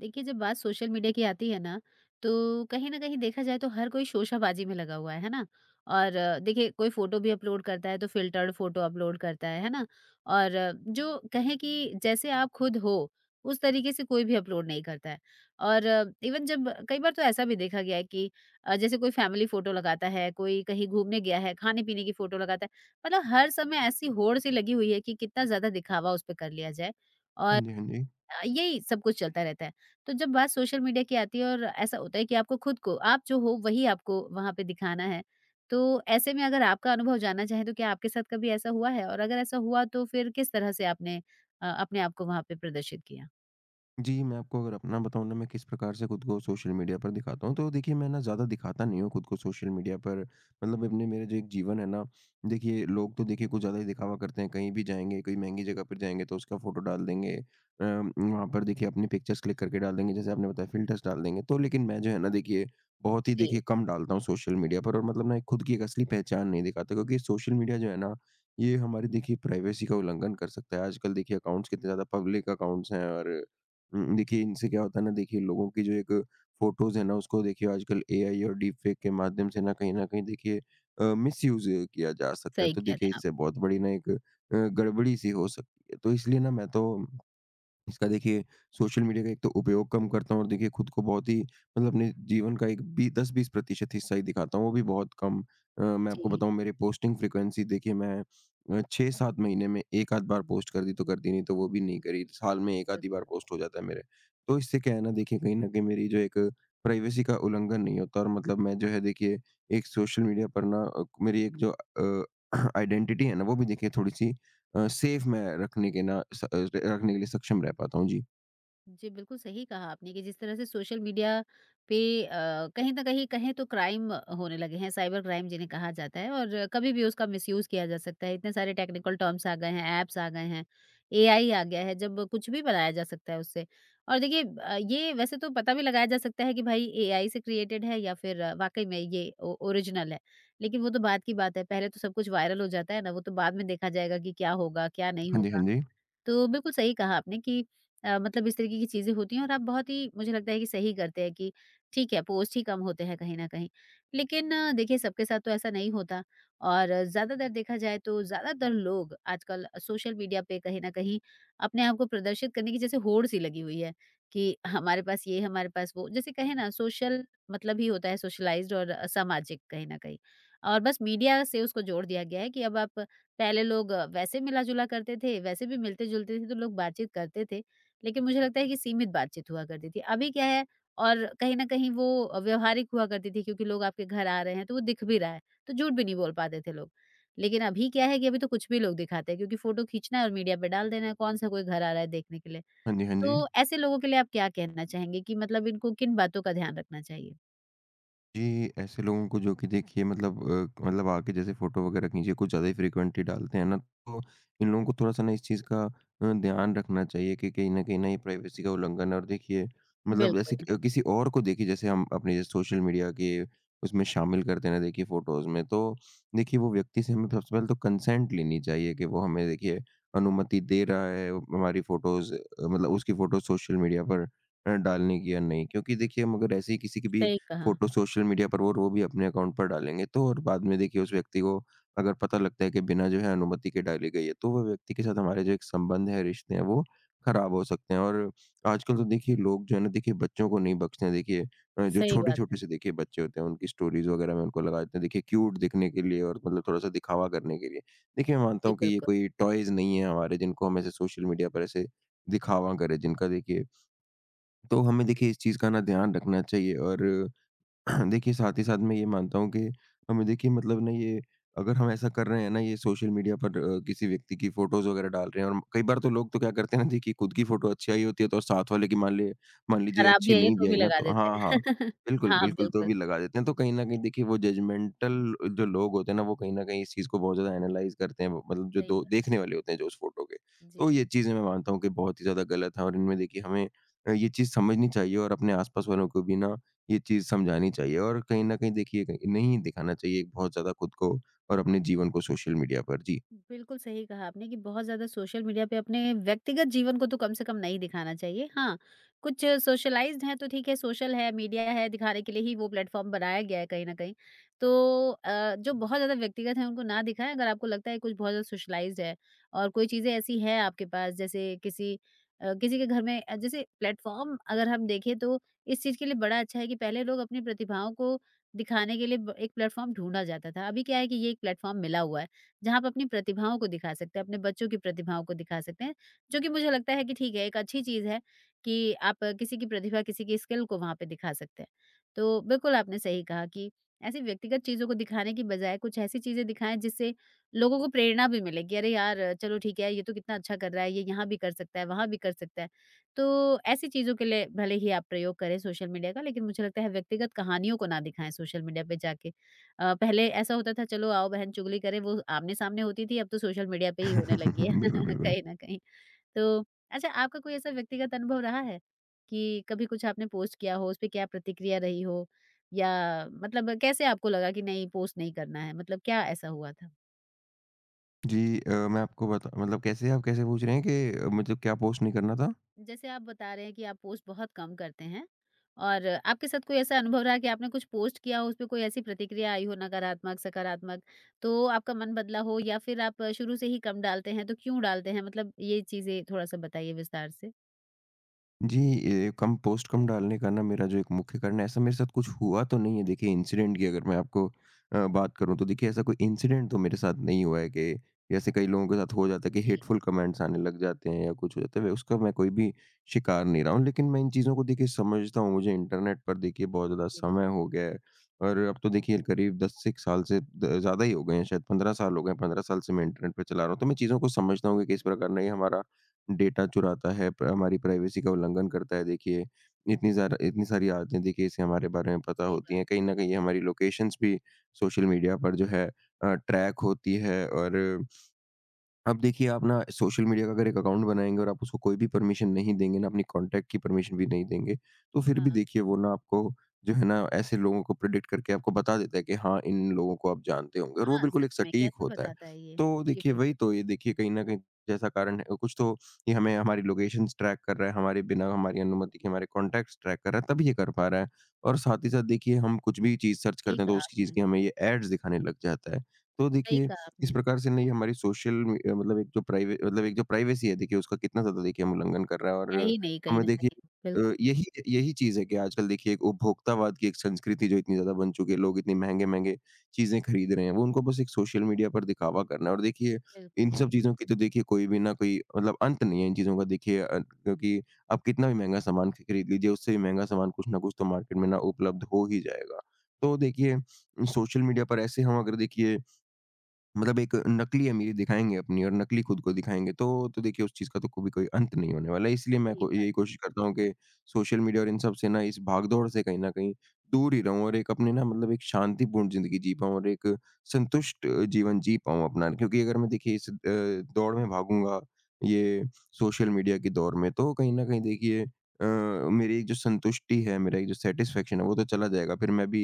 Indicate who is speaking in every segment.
Speaker 1: देखिए जब बात सोशल मीडिया की आती है ना तो कहीं ना कहीं देखा जाए तो हर कोई शोशाबाजी में लगा हुआ है ना। और देखिए कोई फोटो भी अपलोड करता है तो फिल्टर्ड फोटो अपलोड करता है ना। और जो कहें कि जैसे आप खुद हो उस तरीके से कोई भी अपलोड नहीं करता है। और इवन जब कई बार तो ऐसा भी देखा गया है कि जैसे कोई फैमिली फोटो लगाता है कोई कहीं घूमने गया है खाने पीने की फोटो लगाता है। मतलब हर समय ऐसी होड़ सी लगी हुई है कि कितना ज्यादा दिखावा उस पर कर लिया जाए।
Speaker 2: हाँ
Speaker 1: और
Speaker 2: जी, हाँ जी।
Speaker 1: यही सब कुछ चलता रहता है। तो जब बात सोशल मीडिया की आती है और ऐसा होता है कि आपको खुद को आप जो हो वही आपको वहाँ पे दिखाना है। तो ऐसे में अगर आपका अनुभव जानना चाहें तो क्या आपके साथ कभी ऐसा हुआ है? और अगर ऐसा हुआ तो फिर किस तरह से आपने अपने आप को वहाँ पे प्रदर्शित किया?
Speaker 2: जी, मैं आपको अगर अपना बताऊँ ना मैं किस प्रकार से खुद को सोशल मीडिया पर दिखाता हूँ, तो देखिए मैं ना ज़्यादा दिखाता नहीं हूँ खुद को सोशल मीडिया पर। मतलब अपने मेरा जो एक जीवन है ना, देखिए लोग तो देखिए कुछ ज़्यादा ही दिखावा करते हैं, कहीं भी जाएँगे, कोई महँगी जगह पर जाएँगे तो उसका फ़ोटो डाल देंगे। वहाँ पर देखिए अपनी पिक्चर्स क्लिक करके डाल देंगे, जैसे आपने बताया फ़िल्टर्स डाल देंगे। तो लेकिन मैं जो है ना देखिए, बहुत ही
Speaker 1: जी,
Speaker 2: देखिए कम डालता हूँ सोशल मीडिया पर और मतलब ना एक खुद की एक असली पहचान नहीं दिखाता क्योंकि सोशल मीडिया जो है ना, ये हमारी देखिए प्राइवेसी का उल्लंघन कर सकता है। आजकल देखिए अकाउंट्स कितने ज़्यादा पब्लिक अकाउंट्स हैं और देखिए इनसे क्या होता है ना देखिए, लोगों की जो एक फ़ोटोज़ है ना उसको देखिए आजकल एआई और डीपफेक के माध्यम से ना कहीं न कहीं देखिए मिसयूज़ किया जा सकता है।
Speaker 1: सही
Speaker 2: तो
Speaker 1: कह रहे
Speaker 2: देखिए
Speaker 1: हैं आप।
Speaker 2: इससे बहुत बड़ी ना एक गड़बड़ी-सी हो सकती है। तो इसलिए ना मैं तो इसका देखिए सोशल मीडिया का एक तो उपयोग कम करता हूँ और देखिए खुद को बहुत ही मतलब अपने जीवन का एक बी 10-20 प्रतिशत हिस्सा ही दिखाता हूँ, वो भी बहुत कम। मैं आपको
Speaker 1: जी,
Speaker 2: बताऊँ, मेरी पोस्टिंग फ्रीक्वेंसी देखिए मैं 6-7 महीने में एक आध बार पोस्ट कर दी तो कर दी, नहीं तो
Speaker 1: हुँ,
Speaker 2: वो भी नहीं करी। साल में एक आधी
Speaker 1: बिल्कुल।
Speaker 2: बार पोस्ट हो जाता है मेरे। तो इससे क्या है ना देखिए, कहीं न कहीं मेरी जो एक प्राइवेसी का उल्लंघन नहीं होता और मतलब मैं जो है देखिए एक सोशल मीडिया पर ना मेरी एक जो आइडेंटिटी है ना वो भी देखिए थोड़ी-सी सेफ मैं रखने के ना रखने के लिए सक्षम रह पाता हूँ। जी।
Speaker 1: जी, बिल्कुल सही कहा आपने कि जिस तरह से सोशल मीडिया पे अ, कहीं न कहीं कहें तो क्राइम होने लगे हैं, साइबर क्राइम जिन्हें कहा जाता है और कभी भी उसका मिसयूज़ किया जा सकता है। इतने सारे टेक्निकल टर्म्स आ गए हैं, ऐप्स आ गए हैं, एआई आ गया है, जब कुछ भी बनाया जा सकता है उससे। और देखिए ये वैसे तो पता भी लगाया जा सकता है कि भाई एआई से क्रिएटेड है या फिर वाक़ई में ये ओ ओरिजिनल है। लेकिन वो तो बाद की बात है, पहले तो सब कुछ वायरल हो जाता है ना, वो तो बाद में देखा जाएगा कि क्या होगा, क्या नहीं
Speaker 2: हाँ जी, हाँ
Speaker 1: होगा।
Speaker 2: जी।
Speaker 1: तो बिल्कुल सही कहा आपने कि मतलब इस तरीके की चीज़ें होती हैं और आप बहुत ही मुझे लगता है कि सही करते हैं कि ठीक है, पोस्ट ही कम होते हैं कहीं न कहीं। लेकिन देखिए सबके साथ तो ऐसा नहीं होता और ज़्यादातर देखा जाए तो ज़्यादातर लोग आजकल सोशल मीडिया पे कहीं न कहीं अपने आप को प्रदर्शित करने की जैसे होड़ सी लगी हुई है कि हमारे पास ये, हमारे पास वो। जैसे कहें ना सोशल मतलब ही होता है सोशलाइज़्ड और सामाजिक कहीं न कहीं और बस मीडिया से उसको जोड़ दिया गया है कि अब आप पहले लोग वैसे मिला-जुला करते थे, वैसे भी मिलते-जुलते थे तो लोग बातचीत करते थे, लेकिन मुझे लगता है कि सीमित बातचीत हुआ करती थी। अभी क्या है और कहीं न कहीं वो व्यावहारिक हुआ करती थी क्योंकि लोग आपके घर आ रहे हैं तो वो दिख भी रहा है, तो झूठ भी नहीं बोल पाते थे लोग। लेकिन अभी क्या है कि अभी तो कुछ भी लोग दिखाते हैं क्योंकि फ़ोटो खींचना है और मीडिया पे डाल देना है, कौन-सा कोई घर आ रहा है देखने के लिए।
Speaker 2: हाँ जी, हाँ जी।
Speaker 1: तो ऐसे लोगों के लिए आप क्या कहना चाहेंगे कि मतलब इनको किन बातों का ध्यान रखना चाहिए?
Speaker 2: जी, ऐसे लोगों को जो कि देखिए मतलब मतलब आके जैसे फ़ोटो वगैरह खींचे, कुछ ज़्यादा ही फ्रीक्वेंटली डालते हैं ना, तो इन लोगों को थोड़ा-सा ना इस चीज़ का ध्यान रखना चाहिए कि कहीं न कहीं ना ये प्राइवेसी का उल्लंघन है। और देखिए मतलब जैसे
Speaker 1: बिल्कुल,
Speaker 2: कि किसी और को देखिए जैसे हम अपने सोशल मीडिया के उसमें शामिल करते हैं ना देखिए फ़ोटोज़ में, तो देखिए वो व्यक्ति से हमें सबसे पहले तो कंसेंट लेनी चाहिए कि वो हमें देखिए अनुमति दे रहा है वो हमारी फ़ोटोज़ मतलब उसकी फ़ोटो सोशल मीडिया पर डालने की या नहीं। क्योंकि देखिए हम अगर ऐसे ही किसी की भी
Speaker 1: सही कहा।
Speaker 2: फ़ोटो सोशल मीडिया पर वो भी अपने अकाउंट पर डालेंगे, तो और बाद में देखिए उस व्यक्ति को अगर पता लगता है कि बिना जो है अनुमति के डाली गई है, तो वो व्यक्ति के साथ हमारे जो एक संबंध है, रिश्ते हैं वो खराब हो सकते हैं। और आजकल तो देखिए लोग जो है ना देखिए बच्चों को नहीं बख्शते हैं देखिए, जो
Speaker 1: सही बात है।
Speaker 2: छोटे-छोटे से देखिए बच्चे होते हैं उनकी स्टोरीज़ वगैरह में उनको लगा देते हैं देखिए क्यूट दिखने के लिए और मतलब थोड़ा-सा दिखावा करने के लिए। देखिए मैं मानता
Speaker 1: जी,
Speaker 2: हूँ कि ये
Speaker 1: बिल्कुल।
Speaker 2: कोई टॉयज़ नहीं है हमारे जिनको हम ऐसे सोशल मीडिया पर ऐसे दिखावा करें जिनका देखिए, तो हमें देखिए इस चीज़ का ना ध्यान रखना चाहिए। और देखिए, साथ ही साथ मैं ये मानता हूँ कि हमें देखिए मतलब ना ये, अगर हम ऐसा कर रहे हैं ना ये सोशल मीडिया पर किसी व्यक्ति की फ़ोटोज़ वग़ैरह डाल रहे हैं, और कई बार तो लोग तो क्या करते हैं ना देखिए, खुद की फ़ोटो अच्छी आई होती है तो और साथ वाले की मान लीजिए
Speaker 1: खराब भी
Speaker 2: अच्छी
Speaker 1: है ये
Speaker 2: नहीं
Speaker 1: तो
Speaker 2: भी
Speaker 1: भी
Speaker 2: आई ना
Speaker 1: लगा
Speaker 2: तो,
Speaker 1: देते हैं।
Speaker 2: हाँ, हाँ। बिल्कुल,
Speaker 1: हाँ,
Speaker 2: बिल्कुल तो
Speaker 1: बिल्कुल,
Speaker 2: भी लगा देते हैं। तो कहीं न कहीं देखिए वो जजमेंटल जो लोग होते हैं ना वो कहीं न कहीं इस चीज़ को बहुत ज़्यादा एनालाइज़ करते हैं। मतलब जो
Speaker 1: सही
Speaker 2: दो
Speaker 1: बात।
Speaker 2: देखने वाले होते हैं जो उस फ़ोटो के। तो
Speaker 1: जी।
Speaker 2: ये चीज़ें मैं मानता हूँ कि बहुत ही ज़्यादा गलत है, और इनमें देखिए हमें ये चीज़ समझनी चाहिए और अपने आस-पास वालों को भी ना ये चीज़ समझानी चाहिए, और कहीं न कहीं देखिए क नहीं दिखाना चाहिए बहुत ज़्यादा खुद को और अपने जीवन को सोशल मीडिया पर। जी।
Speaker 1: बिल्कुल सही कहा आपने कि बहुत ज़्यादा सोशल मीडिया पे अपने व्यक्तिगत जीवन को तो कम से कम नहीं दिखाना चाहिए। हाँ, कुछ सोशलाइज़्ड हैं तो ठीक है, सोशल है, मीडिया है, दिखाने के लिए ही वो प्लेटफ़ॉर्म बनाया गया है कहीं न कहीं। तो जो बहुत ज़्यादा व्यक्तिगत हैं उनको ना दिखाएँ, अगर आपको लगता है कुछ बहुत ज़्यादा सोशलाइज़्ड है और कोई चीज़ें ऐसी हैं आपके पास जैसे किसी किसी के घर में जैसे प्लेटफ़ॉर्म अगर हम देखें तो इस चीज़ के लिए बड़ा अच्छा है कि पहले लोग अपनी प्रतिभाओं को दिखाने के लिए ब एक प्लेटफ़ॉर्म ढूँढा जाता था। अभी क्या है कि ये एक प्लेटफ़ॉर्म मिला हुआ है। जहाँ आप अपनी प्रतिभाओं को दिखा सकते हैं, अपने बच्चों की प्रतिभाओं को दिखा सकते हैं, जो कि मुझे लगता है कि ठीक है, एक अच्छी चीज़ है कि आप किसी की प्रतिभा, किसी की स्किल को वहाँ पे दिखा सकते हैं। तो बिल्कुल आपने सही कहा कि ऐसी व्यक्तिगत चीज़ों को दिखाने की बजाय कुछ ऐसी चीज़ें दिखाएँ जिससे लोगों को प्रेरणा भी मिले कि अरे यार, चलो ठीक है, ये तो कितना अच्छा कर रहा है, ये यहाँ भी कर सकता है, वहाँ भी कर सकता है। तो ऐसी चीज़ों के लिए भले ही आप प्रयोग करें सोशल मीडिया का, लेकिन मुझे लगता है व्यक्तिगत कहानियों को ना दिखाएँ सोशल मीडिया पे जाके। पहले ऐसा होता था चलो आओ बहन चुगली करें वो आमने-सामने होती थी, अब तो सोशल मीडिया पे ही होने लगी है
Speaker 2: बिल्कुल, बिल्कुल।
Speaker 1: कहीं न कहीं। तो अच्छा आपका कोई ऐसा व्यक्तिगत अनुभव रहा है कि कभी कुछ आपने पोस्ट किया हो, उसपे क्या प्रतिक्रिया रही हो या मतलब कैसे आपको लगा कि नहीं पोस्ट नहीं करना है, मतलब क्या ऐसा हुआ था?
Speaker 2: जी मैं आपको बता मतलब कैसे आप कैसे पूछ रहे हैं कि मतलब क्या पोस्ट नहीं करना था?
Speaker 1: जैसे आप बता रहे हैं कि आप पोस्ट बहुत कम करते हैं और आपके साथ कोई ऐसा अनुभव रहा कि आपने कुछ पोस्ट किया हो उस पे कोई ऐसी प्रतिक्रिया आई हो नकारात्मक सकारात्मक तो आपका मन बदला हो या फिर आप शुरू से ही कम डालते हैं तो क्यों डालते हैं मतलब ये चीजें थोड़ा सा बताइए विस्तार से।
Speaker 2: जी, ये कंपोस्ट कम डालने का ना मेरा जो एक मुख्य कारण है, ऐसा मेरे साथ कुछ हुआ तो नहीं है देखिए, इंसिडेंट की अगर मैं आपको बात करूँ तो देखिए ऐसा कोई इंसिडेंट तो मेरे साथ नहीं हुआ है कि जैसे कई लोगों के साथ हो जाता है कि
Speaker 1: जी।
Speaker 2: हेटफुल कमेंट्स आने लग जाते हैं या कुछ हो जाता है, उसका मैं कोई भी शिकार नहीं रहा हूँ। लेकिन मैं इन चीज़ों को देखिए समझता हूँ, मुझे इंटरनेट पर देखिए बहुत ज़्यादा
Speaker 1: जी
Speaker 2: समय
Speaker 1: बिल्कुल।
Speaker 2: हो गया है, और अब तो देखिए करीब 10-1 साल से द ज़्यादा ही हो गए हैं, शायद 15 साल हो गए हैं, 15 साल से मैं इंटरनेट पे चला रहा हूँ। तो मैं चीज़ों को समझता हूँ कि किस प्रकार नहीं हमारा डेटा चुराता है, प हमारी प्राइवेसी का उल्लंघन करता है देखिए, इतनी सारी आदतें देखिए इसे हमारे बारे में पता
Speaker 1: सही
Speaker 2: होती
Speaker 1: बात।
Speaker 2: हैं। कहीं न कहीं हमारी लोकेशंस भी सोशल मीडिया पर जो है ट्रैक होती है। और अब देखिए आप ना सोशल मीडिया का अगर एक अकाउंट बनाएँगे और आप उसको कोई भी परमिशन नहीं देंगे ना, अपनी कॉन्टैक्ट की परमिशन भी नहीं देंगे, तो फिर भी
Speaker 1: हाँ।
Speaker 2: देखिए वो ना आपको जो है ना ऐसे लोगों को प्रेडिक्ट करके आपको बता देता है कि हाँ, इन लोगों को आप जानते होंगे, और वो
Speaker 1: हाँ
Speaker 2: बिल्कुल
Speaker 1: सच
Speaker 2: एक
Speaker 1: में
Speaker 2: सटीक
Speaker 1: कैसे
Speaker 2: होता है।
Speaker 1: बताता है ये।
Speaker 2: तो
Speaker 1: जी
Speaker 2: देखिए
Speaker 1: बिल्कुल।
Speaker 2: वही तो ये देखिए कहीं न कहीं जैसा कारण है, कुछ तो ये हमें, हमारी लोकेशंस ट्रैक कर रहा है, हमारे बिना हमारी अनुमति के हमारे कॉन्टैक्ट्स ट्रैक कर रहा है, तभी ये कर पा रहा है। और साथ ही साथ देखिए हम कुछ भी चीज़ सर्च
Speaker 1: सही
Speaker 2: करते हैं तो
Speaker 1: कहा
Speaker 2: उसकी चीज़
Speaker 1: आपने।
Speaker 2: की हमें ये एड्स दिखाने लग जाता है। तो
Speaker 1: सही
Speaker 2: देखिए
Speaker 1: कहा
Speaker 2: इस
Speaker 1: आपने।
Speaker 2: प्रकार से नहीं हमारी मतलब एक जो प्राइवे मतलब एक जो प्राइवेसी है देखिए उसका कितना ज़्यादा देखिए हम उल्लंघन कर रहा है।
Speaker 1: है
Speaker 2: और
Speaker 1: ही नहीं कहीं
Speaker 2: हमें
Speaker 1: ना
Speaker 2: देखिए
Speaker 1: कहीं। बिल्कुल।
Speaker 2: यही यही चीज़ है कि आजकल देखिए एक उपभोक्तावाद की एक संस्कृति जो इतनी ज़्यादा बन चुकी है, लोग इतनी महँगे-महँगे चीज़ें खरीद रहे हैं, वो उनको बस एक सोशल मीडिया पर दिखावा करना है, और देखिए इन
Speaker 1: बिल्कुल।
Speaker 2: सब चीज़ों की तो देखिए कोई भी ना कोई मतलब अंत नहीं है इन चीज़ों का देखिए, क्योंकि आप कितना भी महँगा सामान ख खरीद लीजिए, उससे भी महँगा सामान कुछ ना कुछ तो मार्केट में ना उपलब्ध हो ही जाएगा। तो देखिए सोशल मीडिया पर ऐसे हम अगर देखिए मतलब एक नकली अमीरी दिखाएँगे अपनी और नकली खुद को दिखाएँगे, तो देखिए उस चीज़ का तो कभी कोई अंत नहीं होने वाला है। इसलिए मैं
Speaker 1: सही
Speaker 2: को यही
Speaker 1: बात।
Speaker 2: कोशिश करता हूँ कि सोशल मीडिया और इन सब से ना इस भागदौड़ से कहीं न कहीं दूर ही रहूँ, और एक अपने ना मतलब एक शांतिपूर्ण ज़िंदगी जी पाऊँ और एक संतुष्ट जीवन जी पाऊँ अपना। क्योंकि अगर मैं देखिए इस दौड़ में भागूँगा, ये सोशल मीडिया की दौड़ में, तो कहीं न कहीं देखिए मेरी एक जो संतुष्टि है, मेरा एक जो सैटिस्फैक्शन है, वो तो चला जाएगा। फिर मैं भी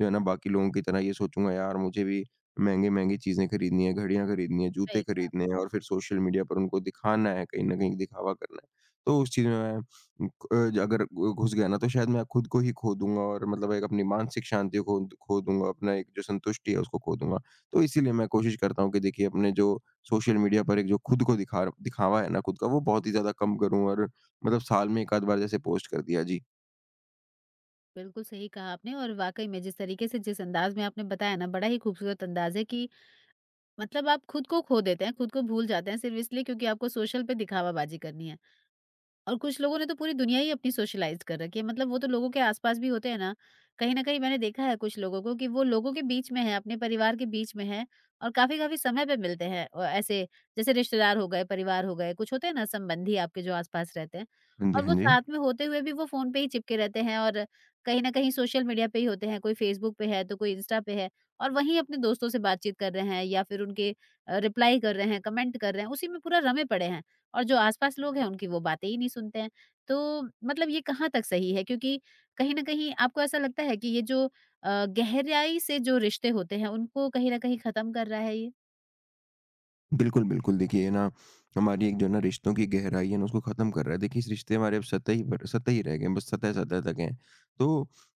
Speaker 2: जो है ना बाकी लोगों की तरह ये सोचूँगा, "यार मुझे भी महँगी-महँगी चीज़ें खरीदनी है, घड़ियाँ खरीदनी है, जूते
Speaker 1: सही कहा।
Speaker 2: खरीदने हैं और फिर सोशल मीडिया पर उनको दिखाना है, कहीं न कहीं दिखावा करना है।" तो उस चीज़ में मैं क अगर घु घुस गया ना तो शायद मैं खुद को ही खो दूँगा और मतलब एक अपनी मानसिक शांति को खो दूँगा, अपना एक जो संतुष्टि है उसको खो दूँगा। तो इसीलिए मैं कोशिश करता हूँ कि देखिए अपने जो सोशल मीडिया पर एक जो खुद को दिखावा है ना खुद का, वो बहुत ही ज़्यादा कम करूँ और मतलब साल में एक आध बार जैसे पोस्ट कर दिया। जी।
Speaker 1: बिल्कुल सही कहा आपने और वाकई में जिस तरीके से जिस अंदाज में आपने बताया ना बड़ा ही खूबसूरत अंदाज है कि मतलब आप खुद को खो देते हैं खुद को भूल जाते हैं सिर्फ इसलिए क्योंकि आपको सोशल पे दिखावाबाजी करनी है और कुछ लोगों ने तो पूरी दुनिया ही अपनी सोशलाइज़ कर रखी है, मतलब वो तो लोगों के आस-पास भी होते हैं ना, कहीं न कहीं मैंने देखा है कुछ लोगों को कि वो लोगों के बीच में है, अपने परिवार के बीच में है और काफ़ी-काफ़ी समय पे मिलते हैं ऐसे जैसे रिश्तेदार हो गए, परिवार हो गए, कुछ होते हैं ना संबंधी आपके जो आस-पास रहते हैं
Speaker 2: हाँ जी,
Speaker 1: और वो
Speaker 2: हाँ जी।
Speaker 1: साथ में होते हुए भी वो फ़ोन पे ही चिपके रहते हैं और कहीं न कहीं सोशल मीडिया पे ही होते हैं, कोई फ़ेसबुक पे है, तो कोई इंस्टा पे है और वहीं अपने दोस्तों से बातचीत कर रहे हैं या फिर उनके रिप्लाई कर रहे हैं, कमेंट कर रहे हैं, उसी में पूरा रमे पड़े हैं। और जो आस-पास लोग हैं उनकी वो बातें ही नहीं सुनते हैं। तो मतलब ये कहाँ तक सही है? क्योंकि कहीं न कहीं आपको ऐसा लगता है कि ये जो गहराई से जो रिश्ते होते हैं उनको कहीं न कहीं ख़त्म कर रहा है ये?
Speaker 2: बिल्कुल, बिल्कुल। देखिए ये ना हमारी एक जो है ना रिश्तों की गहराई है ना उसको ख़त्म कर रहा है। देखिए इस रिश्ते हमारे अब सतही पर सतही रह गए हैं, बस सतह-सतह तक हैं। तो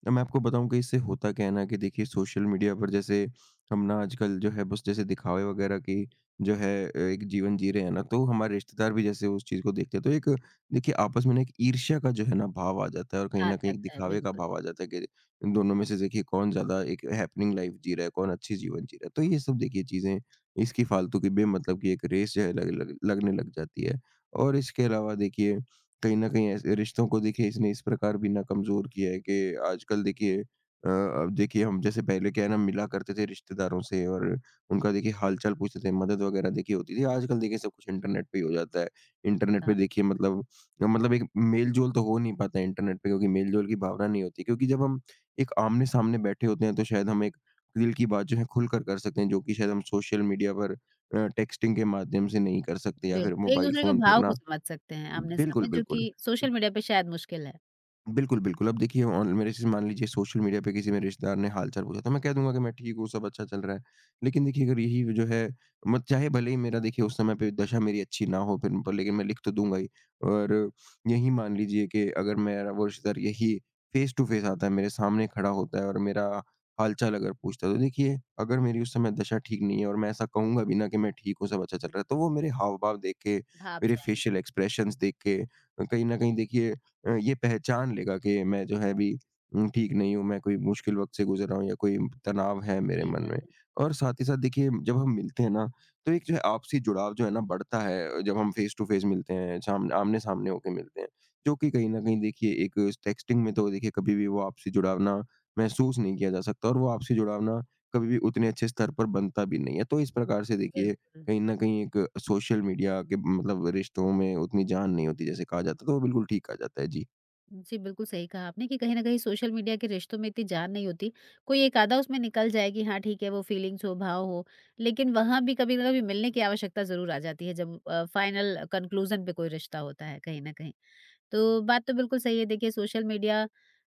Speaker 2: अब मैं आपको बताऊँ कि इससे होता क्या है ना कि देखिए सोशल मीडिया पर जैसे हम ना आजकल जो है बस जैसे दिखावे वग़ैरह की जो है एक जीवन जी रहे हैं ना, तो हमारे रिश्तेदार भी जैसे उस चीज़ को देखते हैं। तो एक देखिए आपस में ना एक ईर्ष्या का जो है ना भाव आ जाता है, और कहीं
Speaker 1: आ
Speaker 2: न कहीं एक
Speaker 1: जाता है,
Speaker 2: दिखावे का
Speaker 1: बिल्कुल,
Speaker 2: भाव आ जाता है कि इन दोनों में से देखिए कौन ज़्यादा एक हैपनिंग लाइफ़ जी रहा है, कौन अच्छी जीवन जी रहा है। तो ये सब देखिए चीज़ें इसकी फालतू की बेमतलब की एक रेस जो है लग लग लगने लग जाती है। और इसके अलावा देखिए कहीं न कहीं ऐसे रिश्तों को देखिए इसने इस प्रकार भी ना कमज़ोर किया है कि आजकल देखिए अब देखिए हम जैसे पहले क्या है ना मिला करते थे रिश्तेदारों से, और उनका देखिए हाल-चाल पूछते थे, मदद वग़ैरह देखिए होती थी। आजकल देखिए सब कुछ इंटरनेट पे ही हो जाता है। इंटरनेट पे देखिए मतलब एक मेल-जोल तो हो नहीं पाता है इंटरनेट पे, क्योंकि मेल-जोल की भावना नहीं होती, क्योंकि जब हम एक आमने-सामने बैठे होते हैं तो शायद हम एक दिल की बात जो है खुलकर कर सकते हैं, जो कि शायद हम सोशल मीडिया पर टेक्स्टिंग के माध्यम से नहीं कर सकते, या फिर
Speaker 1: बिल्कुल।
Speaker 2: मोबाइल
Speaker 1: एक-दूसरे के
Speaker 2: फ़ोन पर
Speaker 1: भाव को
Speaker 2: ना।
Speaker 1: समझ सकते हैं
Speaker 2: बिल्कुल,
Speaker 1: आमने-सामने जो कि
Speaker 2: बिल्कुल।
Speaker 1: सोशल मीडिया पे शायद मुश्किल है।
Speaker 2: बिल्कुल, बिल्कुल। अब देखिए ऑन मेरे जैसे मान लीजिए सोशल मीडिया पे किसी मेरे रिश्तेदार ने हाल-चाल पूछा, तो मैं कह दूँगा कि मैं ठीक हूँ, सब अच्छा चल रहा है। लेकिन देखिए अगर यही जो है मत चाहे भले ही मेरा देखिए उस समय पे दशा मेरी अच्छी ना हो, फिर पर लेकिन मैं लिख तो दूँगा ही। और यही मान लीजिए कि अगर मेरा वो रिश्तेदार यही फ़ेस टू फ़ेस आता है, मेरे सामने खड़ा होता है और मेरा हाल-चाल अगर पूछता है, तो देखिए अगर मेरी उस समय दशा ठीक नहीं है, और मैं ऐसा कहूँगा भी ना कि मैं ठीक हूँ, सब अच्छा चल रहा है, तो वो मेरे हाव-भाव देख के,
Speaker 1: भाप
Speaker 2: मेरे
Speaker 1: जाएँगे,
Speaker 2: फ़ेशियल एक्सप्रेशंस देख के कहीं न कहीं देखिए ये पहचान लेगा कि मैं जो है अभी ठीक नहीं हूँ, मैं कोई मुश्किल वक़्त से गुज़र रहा हूँ या कोई तनाव है मेरे
Speaker 1: सही
Speaker 2: मन
Speaker 1: बात
Speaker 2: में।
Speaker 1: है,
Speaker 2: और साथ ही साथ देखिए जब हम मिलते हैं ना, तो एक जो है आपसी जुड़ाव जो है ना बढ़ता है, जब हम फ़ेस टू फ़ेस मिलते हैं, साम आमने-सामने होके मिलते हैं। जो कि कहीं न कहीं देखिए एक टेक्स्टिंग में तो देखिए कभी भी वो आपसी जुड़ाव ना महसूस नहीं किया जा सकता, और वो आपसी जुड़ाव ना कभी भी उतने अच्छे स्तर पर बनता भी नहीं है। तो इस प्रकार से देखिए
Speaker 1: बिल्कुल।
Speaker 2: कहीं न कहीं एक सोशल मीडिया के मतलब रिश्तों में उतनी जान नहीं होती, जैसे कहा जाता है, तो वो बिल्कुल ठीक कहा जाता है। जी।
Speaker 1: जी, बिल्कुल सही कहा आपने कि कहीं न कहीं सोशल मीडिया के रिश्तों में इतनी जान नहीं होती। कोई एक आधा उसमें निकल जाए कि हाँ, ठीक है वो फीलिंग्स हो, भाव हो, लेकिन वहाँ भी कभी न कभी मिलने की आवश्यकता ज़रूर आ जाती है जब फाइनल कंक्लूज़न पे कोई रिश्ता होता है कहीं न कहीं। तो बात तो बिल्कुल सही है। देखिए सोशल मीडिया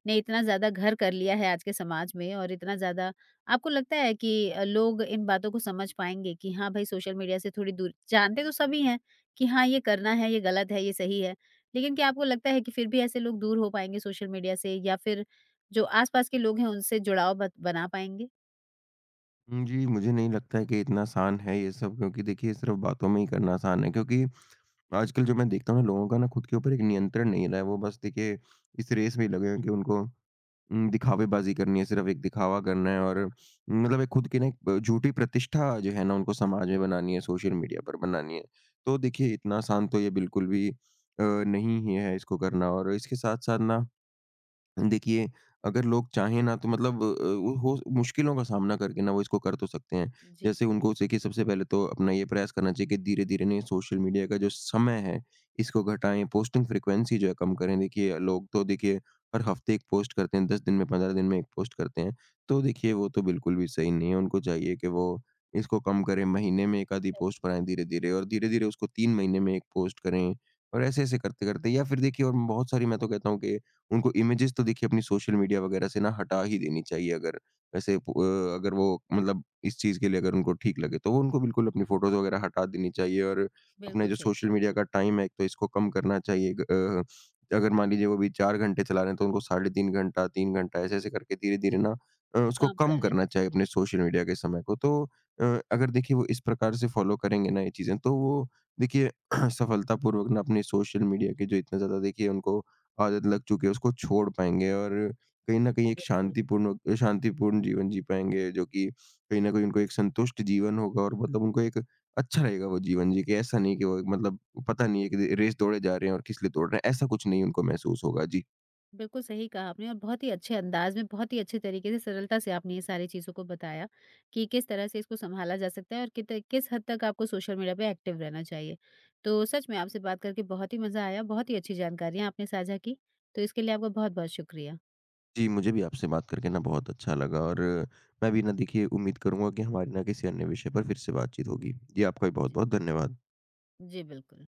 Speaker 1: ने इतना ज़्यादा घर कर लिया है आज के समाज में और इतना ज़्यादा आपको लगता है कि लोग इन बातों को समझ पाएँगे कि हाँ भाई सोशल मीडिया से थोड़ी दूर जानते तो सभी हैं कि हाँ ये करना है, ये गलत है, ये सही है। लेकिन क्या आपको लगता है कि फिर भी ऐसे लोग दूर हो पाएँगे सोशल मीडिया से या फिर जो आस-पास के लोग हैं उनसे जुड़ाव बत बना पाएँगे?
Speaker 2: जी, मुझे नहीं लगता है कि इतना आसान है ये सब, क्योंकि देखिए सिर्फ़ बातों में ही करना आसान है, क्योंकि आजकल जो मैं देखता हूँ ना लोगों का ना खुद के ऊपर एक नियंत्रण नहीं रहा है। वो बस देखिए इस रेस में ही लगे हैं कि उनको दिखावेबाज़ी करनी है, सिर्फ़ एक दिखावा करना है, और मतलब एक खुद की ना एक झूठी प्रतिष्ठा जो है ना उनको समाज में बनानी है, सोशल मीडिया पर बनानी है। तो देखिए इतना आसान तो ये बिल्कुल भी नहीं ही है इसको करना, और इसके साथ-साथ ना देखिए, अगर लोग चाहें ना तो मतलब वो हो मुश्किलों का सामना करके ना वो इसको कर तो सकते हैं।
Speaker 1: जी,
Speaker 2: जैसे उनको देखिए सबसे पहले तो अपना ये प्रयास करना चाहिए कि धीरे-धीरे ना ये सोशल मीडिया का जो समय है, इसको घटाएँ, पोस्टिंग फ्रीक्वेंसी जो है कम करें। देखिए लोग तो देखिए हर हफ़्ते 1 पोस्ट करते हैं, 10 दिन में, 15 दिन में 1 पोस्ट करते हैं। तो देखिए वो तो बिल्कुल भी सही नहीं है, उनको चाहिए कि वो इसको कम करें, महीने में 1 आधी पोस्ट बनाएँ धीरे-धीरे, और धीरे-धीरे उसको 3 महीने में 1 पोस्ट करें, और ऐसे-ऐसे करते-करते, या फिर देखिए और बहुत सारी मैं तो कहता हूँ कि उनको इमेजेस तो देखिए अपनी सोशल मीडिया वगैरह से ना हटा ही देनी चाहिए, अगर वैसे अगर वो मतलब इस चीज़ के लिए अगर उनको ठीक लगे, तो वो उनको बिल्कुल अपनी फ़ोटोज़ वगैरह हटा देनी चाहिए। और अपने
Speaker 1: बिल्कुल
Speaker 2: जो
Speaker 1: सही कहा
Speaker 2: सोशल मीडिया
Speaker 1: आपने।
Speaker 2: का टाइम है, एक तो इसको कम करना चाहिए। अगर मान लीजिए वो भी 4 घंटे चला रहे हैं, तो उनको साढ़े 3 घंटा, 3 घंटा ऐसे-ऐसे करके धीरे-धीरे ना उसको
Speaker 1: कम
Speaker 2: कम
Speaker 1: कर देना
Speaker 2: करना चाहिए
Speaker 1: चाहिए।
Speaker 2: अपने सोशल मीडिया के समय को। तो अ, अगर देखिए वो इस प्रकार से फ़ॉलो करेंगे ना ये चीज़ें, तो वो देखिए सफलतापूर्वक ना अपने सोशल मीडिया के जो इतना ज़्यादा देखिए उनको आदत लग चुकी है उसको छोड़ पाएँगे, और कहीं न
Speaker 1: जी,
Speaker 2: कहीं एक
Speaker 1: बिल्कुल।
Speaker 2: शांतिपूर्ण जीवन जी पाएँगे, जो कि कहीं न कहीं उनको एक संतुष्ट जीवन होगा, और मतलब उनको एक अच्छा रहेगा वो जीवन जी के, ऐसा नहीं कि वो एक मतलब पता नहीं है कि रे रेस दौड़े जा रहे हैं और किस लिए दौड़ रहे हैं, ऐसा कुछ नहीं उनको महसूस होगा। जी।
Speaker 1: बिल्कुल सही कहा आपने और बहुत ही अच्छे अंदाज में बहुत ही अच्छे तरीके से सरलता से आपने ये सारी चीज़ों को बताया कि किस तरह से इसको संभाला जा सकता है और कित किस हद तक आपको सोशल मीडिया पे एक्टिव रहना चाहिए। तो सच में आपसे बात करके बहुत ही मज़ा आया, बहुत ही अच्छी जानकारियाँ आपने साझा की, तो इसके लिए आपका बहुत-बहुत शुक्रिया।
Speaker 2: जी, मुझे भी आपसे बात करके ना बहुत अच्छा लगा, और मैं भी ना देखिए उम्मीद करूँगा कि हमारी ना किसी अन्य विषय पर फिर से बातचीत होगी। जी, आपका भी
Speaker 1: जी,
Speaker 2: बहुत-बहुत धन्यवाद।
Speaker 1: जी बिल्कुल।